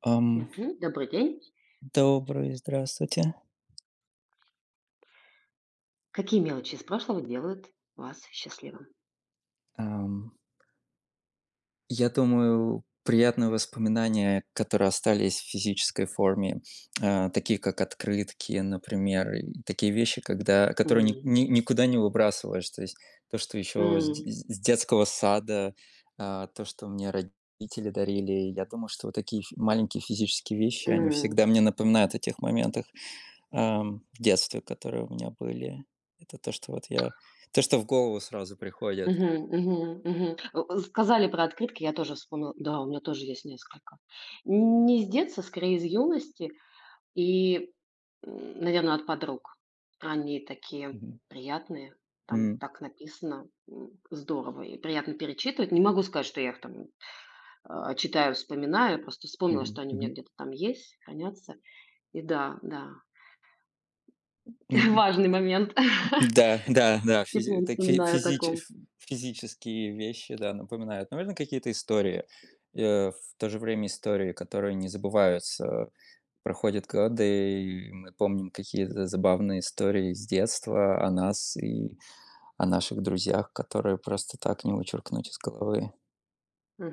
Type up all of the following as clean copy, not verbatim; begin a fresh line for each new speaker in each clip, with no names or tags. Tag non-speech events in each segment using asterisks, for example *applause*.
Ам,
Мгм. Добрый день.
добрый, здравствуйте.
Какие мелочи из прошлого делают вас счастливым?
Ам, я думаю, приятные воспоминания, которые остались в физической форме, такие как открытки, например, и такие вещи, которые
М.
никуда не выбрасываешь. То есть то, что еще
М.
с детского сада, то, что мне родители дарили. Я думаю, что вот такие маленькие физические вещи, они
М.
всегда мне напоминают о тех моментах. В детстве, которые у меня были. Это то, что вот я то, что в голову сразу приходит.
Мгм, мгм, мгм. Сказали про открытки, я тоже вспомнила. Да, у меня тоже есть несколько. Не с детства, скорее из юности и, наверное, от подруг. Они такие
Мгм.
приятные, там
М.
так написано, здорово и приятно перечитывать. Не могу сказать, что я их там, читаю, вспоминаю, просто вспомнила,
Мгм.
что они у меня
Мгм.
где-то там есть, хранятся. И да, да. *laughs*
М.
Важный момент. *laughs*
М. Да, да, да,
Тепло
физи так фи
вспоминаю о
физич
таком.
ф физические вещи, да, напоминают. Наверное, какие-то истории. В то же время истории, которые не забываются. Проходят годы, и мы помним какие-то забавные истории с детства о нас и о наших друзьях, которые просто так не вычеркнуть из головы.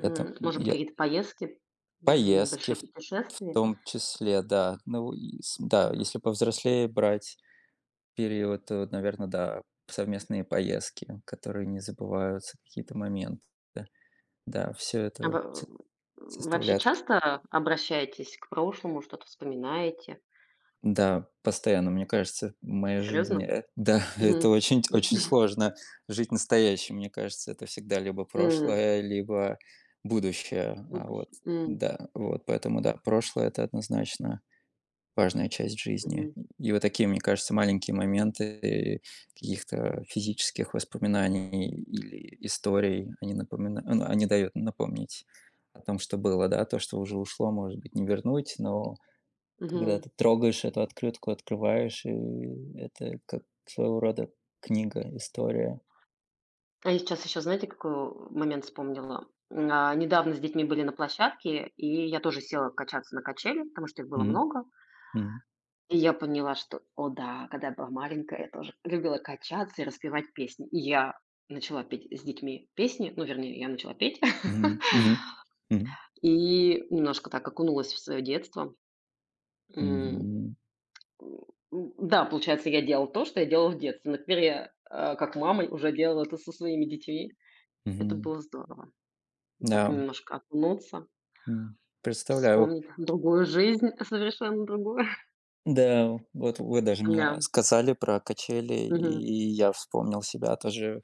Это
Может быть,
я
какие-то поездки,
Поездки
небольшие
в
путешествия?
том числе, да. Ну и с да, если повзрослее брать период, то, наверно, да, совместные поездки, которые не забываются, какие-то моменты. Да, все
А
это
во
со
вообще
составляет
часто обращаетесь к прошлому, что-то вспоминаете?
Да, постоянно, мне кажется, в моей жизни,
Серьезно?
да, *laughs* это
Мгм.
очень
*laughs*
сложно жить настоящим. Мне кажется, это всегда либо
М.
прошлое, либо будущее. А вот,
Будущее. М.
да, вот поэтому да, прошлое - это однозначно важная часть жизни.
Мгм.
И вот такие, мне кажется, маленькие моменты каких-то физических воспоминаний или историй, они напомина ну, они дают напомнить о том, что было, да, то, что уже ушло, может быть, не вернуть, но когда
Мгм.
ты трогаешь эту открытку, открываешь, и это как своего рода книга, история.
А я сейчас еще, знаете, какой момент вспомнила? Недавно с детьми были на площадке, и я тоже села качаться на качели, потому что их было
Мгм,
много.
мгм,
И я поняла, что, о да, когда я была маленькая, я тоже любила качаться и распевать песни. И я начала петь с детьми песни, ну, вернее, я начала петь.
мгм, мгм,
*laughs*
мгм,
И немножко так окунулась в свое детство. М.
мгм,
М. Да, получается, я делала то, что я делала в детстве. Но теперь я, как мама, уже делала это со своими детьми. Это
мгм.
было здорово. Так
Да,
немножко окунуться,
м, представляю.
вспомнить другую жизнь, совершенно другую. *laughs*
Да, вот вы даже
У
мне
меня...
сказали про качели,
Мгм,
и я вспомнил себя тоже,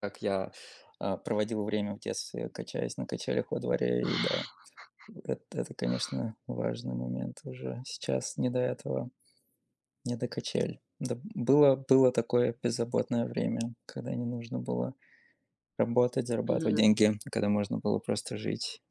как я проводил время в детстве, качаясь на качелях во дворе. И да, эт это, конечно, важный момент уже. Сейчас не до этого, не до качель. Да, было такое беззаботное время, когда не нужно было работать, зарабатывать
мгм.
деньги, когда можно было просто жить,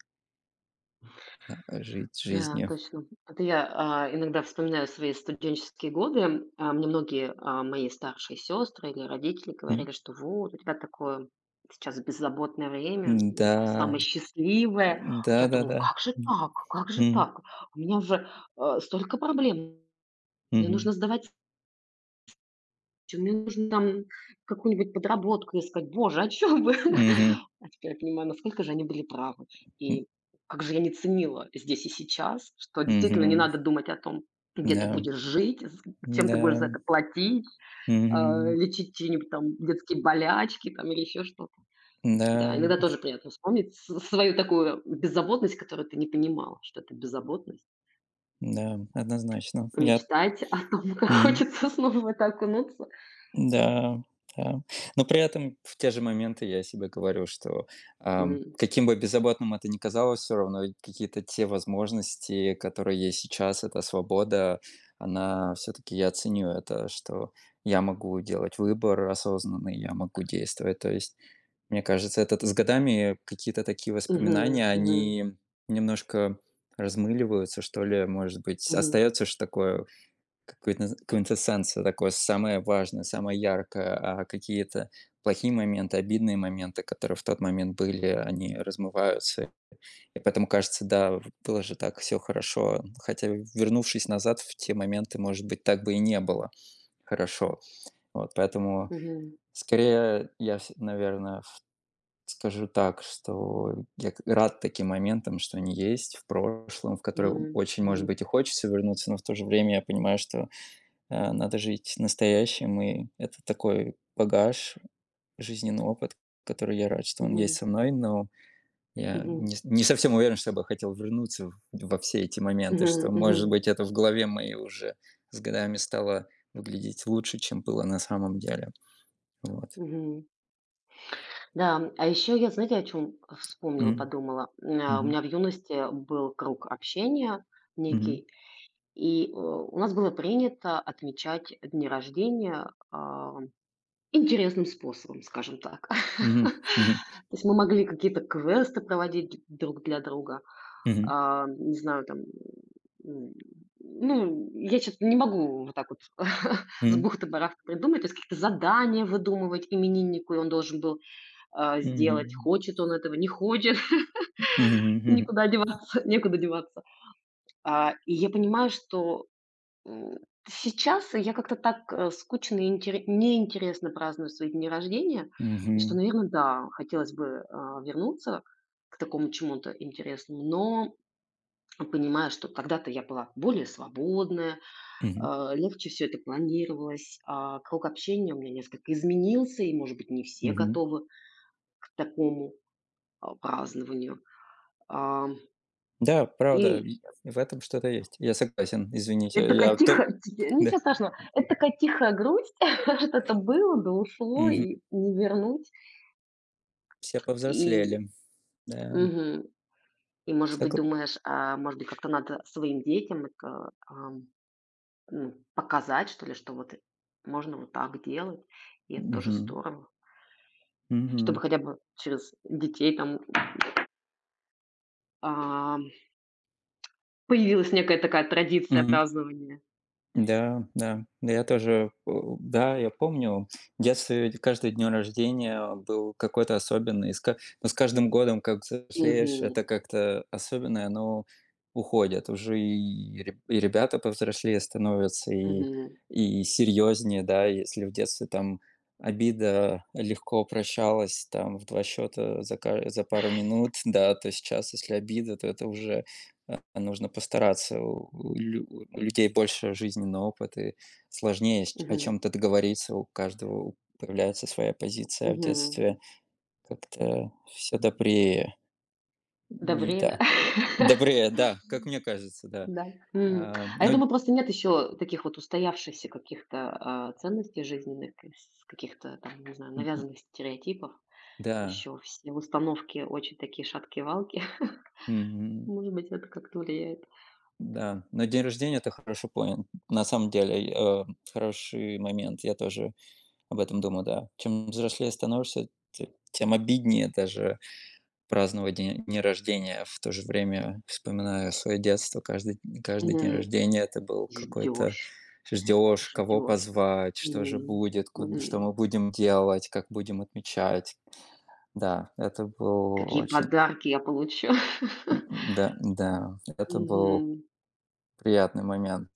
жить
Да,
жизнью.
точно. Это я, иногда вспоминаю свои студенческие годы. Мне многие, мои старшие сестры или родители
М,
говорили, что вот у тебя такое сейчас беззаботное время,
да,
самое счастливое. А я думаю,
да-да-да.
как же
М,
так? Как же
мгм,
так? У меня же, столько проблем. Мне
мгм,
нужно сдавать мне нужно там какую-нибудь подработку искать. Боже, о чём вы? *laughs* А теперь я понимаю, насколько же они были правы. И как же я не ценила здесь и сейчас, что действительно не
Мгм.
надо думать о том, где ты
Да,
будешь жить, з чем ты будешь за
да,
это платить,
мгм.
лечить чьи-нибудь там детские болячки там или еще что-то. Да,
Да,
иногда тоже приятно вспомнить с свою такую беззаботность, которую ты не понимала, что это беззаботность.
да, однозначно. Я
Помечтать о том, *laughs* как
мгм.
хочется снова в это окунуться.
Да, да. Но при этом в те же моменты я себе говорю, что,
М.
каким бы беззаботным это ни казалось, все равно ведь какие-то те возможности, которые есть сейчас, эта свобода, она все таки я ценю это, что я могу делать выбор осознанный, я могу действовать. То есть, мне кажется, это с годами какие-то такие
Мгм,
воспоминания,
мгм,
они немножко размыливаются, что ли, может быть.
мгм.
Остается же такое какой-то квинтэссенция такое, самое важное, самое яркое, а какие-то плохие моменты, обидные моменты, которые в тот момент были, они размываются. И поэтому кажется, да, было же так все хорошо. Хотя, вернувшись назад в те моменты, может быть, так бы и не было хорошо. Вот, поэтому
Мгм.
скорее я, наверное, скажу так, что рад таким моментам, что они есть в прошлом, в которые
Мгм.
очень,
Мгм.
может быть, и хочется вернуться, но в то же время я понимаю, что надо жить настоящим, и это такой багаж, жизненный опыт, который я рад, что он есть
Мгм.
со мной, но я
Мгм.
не с не совсем уверен, что я бы хотел вернуться в во все эти моменты,
Мгм.
что,
Мгм.
может быть, это в голове моей уже с годами стало выглядеть лучше, чем было на самом деле. Вот.
Мгм. Да, а еще я, знаете, о чем вспомнила,
М.
подумала? У
Мгм.
меня в юности был круг общения
Мгм.
некий, и, у нас было принято отмечать дни рождения, интересным способом, скажем так. *laughs*
Мгм.
То есть мы могли какие-то квесты проводить друг для друга.
Мгм.
Не знаю, там, м, ну, я чё-то не могу вот так вот *laughs* с
Мгм.
бухты-барахты придумать, то есть какие-то задания выдумывать имениннику, и он должен был, сделать,
Мгм.
хочет он этого, не хочет,
Мгм.
*laughs*
Мгм.
некуда деваться. И я понимаю, что, м, сейчас я как-то так, скучно и интере неинтересно праздную свои дни рождения, и что,
Мгм.
наверное да, хотелось бы, вернуться к такому чему-то интересному, но понимаю, что тогда-то я была более свободная,
Мгм.
легче все это планировалось, а круг общения у меня несколько изменился, и, может быть, не все
Мгм.
готовы к такому, празднованию. Ам,
Да, правда,
и
и в этом что-то есть. Я согласен, извините.
это такая
Я то
тихая ничего
Да.
страшного, это такая тихая грусть, *laughs* что это было, да ушло
Мгм.
и не вернуть.
Все
И
повзрослели. Да.
мгм, и, может быть,
Согла
думаешь, может быть, как-то надо своим детям это, показать, что ли, что вот можно вот так делать, и это тоже
мгм,
здорово. Чтобы
мгм,
хотя бы через детей там, ам, появилась некая такая традиция
мгм.
празднования.
Да, да. да, Я тоже, да, я помню, в детстве ведь каждый день рождения был какой-то особенный. И с ка Но с каждым годом, как взрослеешь,
Мгм.
это как-то особенное, оно уходит. Уже и ребята повзрослее становятся,
Мгм.
и серьезнее, да. Если в детстве там обида легко прощалась там в 2 счета за пару минут, да, то сейчас, если обида, то это уже нужно постараться. У людей больше жизненного опыта и сложнее с о
Мгм.
чем то договориться. Появляется своя позиция. А в
Мгм.
детстве как-то все добрее.
До
И
вреда.
да. Добрее,
*laughs*
да, как мне кажется, да.
Да. М.
А,
А я
но
думаю, просто нет еще таких вот устоявшихся каких-то, ценностей жизненных, с каких-то там, не знаю, навязанных стереотипов.
да,
Еще все установки очень такие шаткие валки. *laughs*
мгм,
Может быть, это как-то влияет.
да. Но день рождения ты хорошо понял. На самом деле, хороший момент. Я тоже об этом думаю, да. Чем взрослее становишься, те тем обиднее даже праздновать день дни рождения. В то же время вспоминаю свое детство. Каждый день рождения - это был какой-то
Ждешь,
ждешь, кого
ждешь.
позвать, что же
М,
будет, куд что
м.
мы будем делать, как будем отмечать. Да, это был
Какие
очень
подарки я получу. *laughs*
да, да, это был
Мгм,
приятный момент,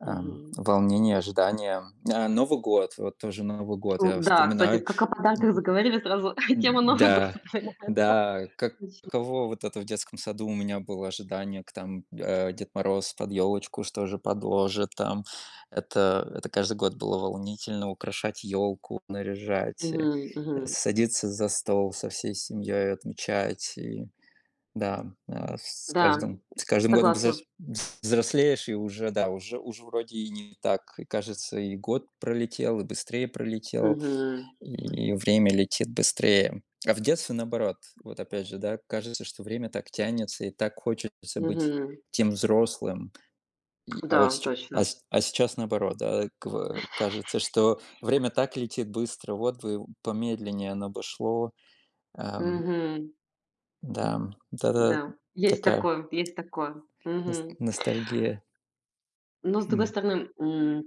мгм.
волнение, ожидание. А Новый год, вот тоже Новый год,
Ну
я
да, кстати,
вспоминаю
как о подарках заговорили, сразу *laughs* тема Новый год
да
вспоминается.
да, как каково вот это в детском саду у меня было ожидание, Дед Мороз под елочку, что же подложит там. Это каждый год было волнительно: украшать елку, наряжать,
Мгм, мгм.
садиться за стол со всей семьей отмечать. И да, с
Да,
каждым с каждым годом
согласна.
взрослеешь и уже, да, уже вроде и не так, и кажется, и год пролетел, и быстрее пролетел.
Мгм,
И время летит быстрее. А в детстве наоборот. Вот опять же, да, кажется, что время так тянется, и так хочется быть
мгм.
тем взрослым. И- а вот
Да,
сеч- а,
точно.
с- а сейчас наоборот, да, кажется, что время так летит быстро, вот бы помедленнее оно бы шло. Ам,
Мгм.
да, да, да,
Да, есть
такая
такое, есть такое. Мгм.
ностальгия.
Но, с другой
М,
стороны,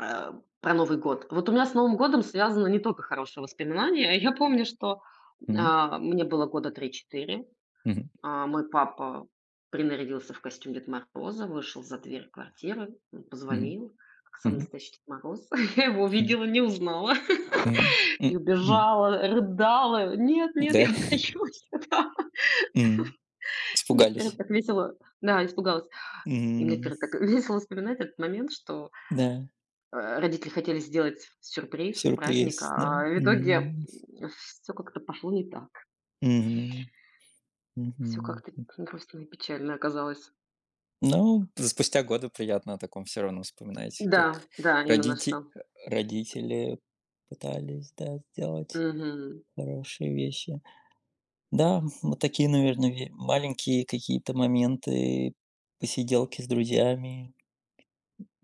Э, про Новый год. Вот у меня с Новым годом связано не только хорошие воспоминания. Я помню, что,
м,
мне было года 3-4.
мгм,
Мой папа принарядился в костюм Деда Мороза, вышел за дверь квартиры,
мгм,
позвонил, как самый
мгм,
настоящий Дед Мороз. *laughs* Я его
м,
увидела, не узнала
м,
и
м, м.
убежала, рыдала: "Нет, нет, я
Да,
боюсь". *laughs* Да.
м,
Мне теперь
испугались.
так весело. Да, испугалась. И мне
М,
теперь так *laughs* весело вспоминать этот момент, что
Да.
Родители хотели сделать сюрприз, праздник,
Сюрприз, да?
а в итоге
М.
все как-то пошло не так.
Мгм.
Все как-то
Мгм.
грустно и печально оказалось.
Ну, спустя годы приятно о таком всё равно вспоминать,
Да,
как
да, именно
родите
что.
родители пытались, да, сделать
Мгм.
хорошие вещи. Да, вот такие, наверное, маленькие какие-то моменты, посиделки с друзьями,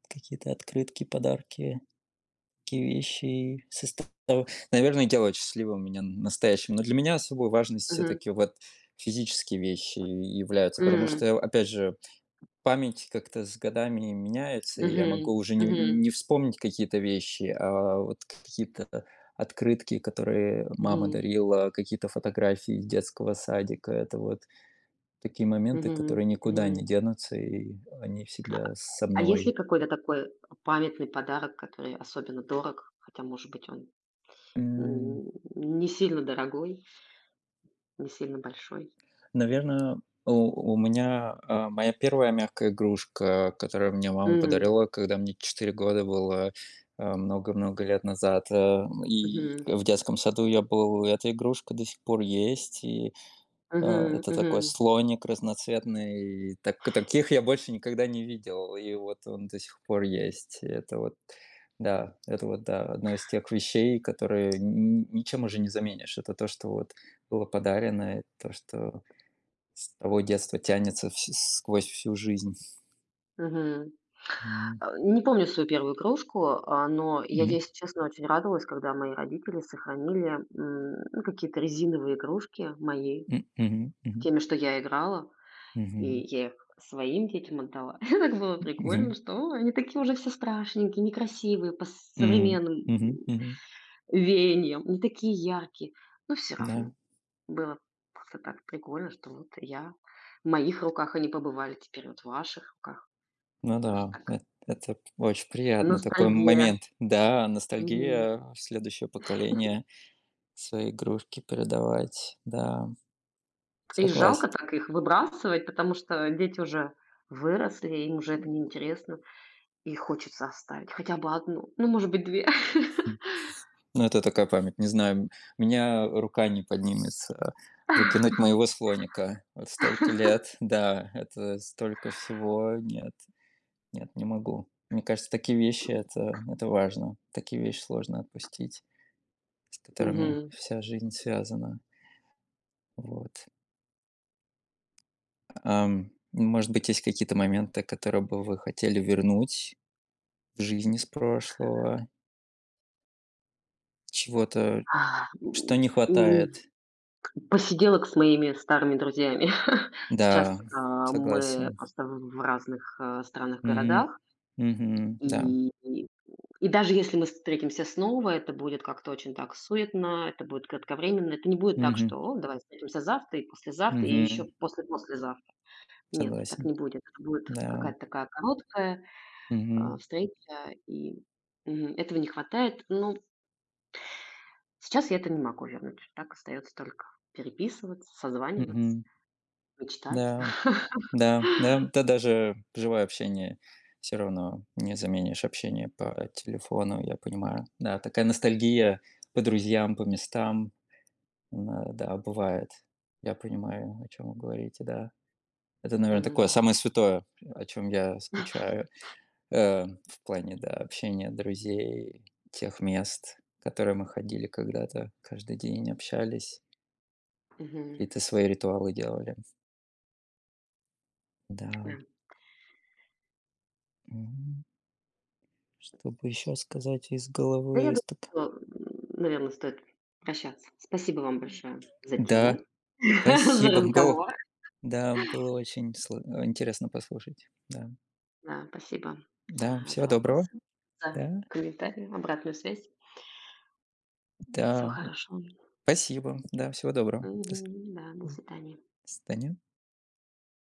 какие-то открытки, подарки. Такие вещи состав Наверное, делают счастливым меня настоящим. Но для меня особой важность
Мгм.
все-таки вот физические вещи являются, потому
М.
что, опять же, память как-то с годами меняется, и я
Мгм.
могу уже
Мгм.
не вспомнить какие-то вещи, а вот какие-то открытки, которые мама
Мгм.
дарила, какие-то фотографии из детского садика. Это вот такие моменты,
Мгм.
которые никуда не
Мгм.
денутся, и они всегда со
А есть ли
мной.
какой-то такой памятный подарок, который особенно дорог, хотя, может быть, он, не сильно дорогой, не сильно большой?
Наверное, у меня, моя первая мягкая игрушка, которую мне мама
М.
подарила, когда мне 4 года было, много-много лет назад. И
Мгм.
в детском саду я был, и эта игрушка до сих пор есть. И,
Мгм.
это такой
Мгм.
слоник разноцветный. И таких я больше никогда не видел. И вот он до сих пор есть. Это вот, да, одно из тех вещей, которые н ничем уже не заменишь. Это то, что вот было подарено, и то, что с того детства тянется вс сквозь всю жизнь.
Мгм.
М,
Не помню свою первую кружку, но я,
м,
если честно, очень радовалась, когда мои родители сохранили, ну, какие-то резиновые игрушки мои,
мгм, мгм,
теми, что я играла, и
мгм,
я их своим детям отдала. *laughs* Так было прикольно,
мгм,
что: они такие уже все страшненькие, некрасивые по
мгм,
современным,
мгм, мгм.
веяниям, не такие яркие". Но все равно
Да,
было как-то так прикольно, что вот я в моих руках они побывали, теперь вот в ваших руках.
ну
Тоже
да,
так
эт это очень приятно, такой
ностальгия.
момент. Да,
Мгм.
ностальгия в следующее поколение свои игрушки передавать. Да,
И жалко
согласен.
так их выбрасывать, потому что дети уже выросли, им уже это неинтересно. И хочется оставить хотя бы одну, ну, может быть, две. *laughs*
Ну, это такая память, не знаю, у меня рука не поднимется выкинуть моего слоника. Вот столько лет, да, это столько всего, нет. Нет, не могу. Мне кажется, такие вещи - это важно. Такие вещи сложно отпустить, с которыми
Мгм.
вся жизнь связана. Вот. Может быть, есть какие-то моменты, которые бы вы хотели вернуть в жизни с прошлого? Чего-то,
А, м,
что не
м,
хватает?
посиделок с моими старыми друзьями. *laughs* Сейчас,
Да,
мы
согласен.
просто в разных, странах,
Мгм.
городах.
Мгм. Да.
И и и даже если мы встретимся снова, это будет как-то очень так суетно, это будет кратковременно. Это не будет так, что:
Мгм.
"О, давай встретимся завтра и послезавтра, и еще
Мгм.
после-послезавтра". Нет, так
Согласен.
не будет. Это будет
Да.
какая-то такая короткая,
Мгм.
встреча, и этого не хватает. Ну, сейчас я это не могу вернуть. Так остается только переписываться, созваниваться,
Мгм.
мечтать.
Да.
*laughs*
Да даже живое общение все равно не заменишь общение по телефону, я понимаю. Да, такая ностальгия по друзьям, по местам, она, да, бывает. Я понимаю, о чем вы говорите, да. Это, наверное, такое
Мгм,
самое святое, о чем я скучаю, в плане, да, общения, друзей, тех мест, в которые мы ходили когда-то, каждый день общались,
мгм,
какие-то свои ритуалы делали. Да,
да.
м. Чтобы еще сказать из
Да,
головы,
я думаю,
из так
что, наверное, стоит прощаться. Спасибо вам большое за
Да,
тему, *laughs* за
спасибо, *laughs* было,
разговор.
да, было очень интересно послушать, да.
Да, спасибо,
Да,
за
всего доброго,
вопросы, за
да,
комментарии, обратную связь. Всего
да,
хорошего.
спасибо, да, всего доброго,
Мгм, да, до свидания.
до свидания.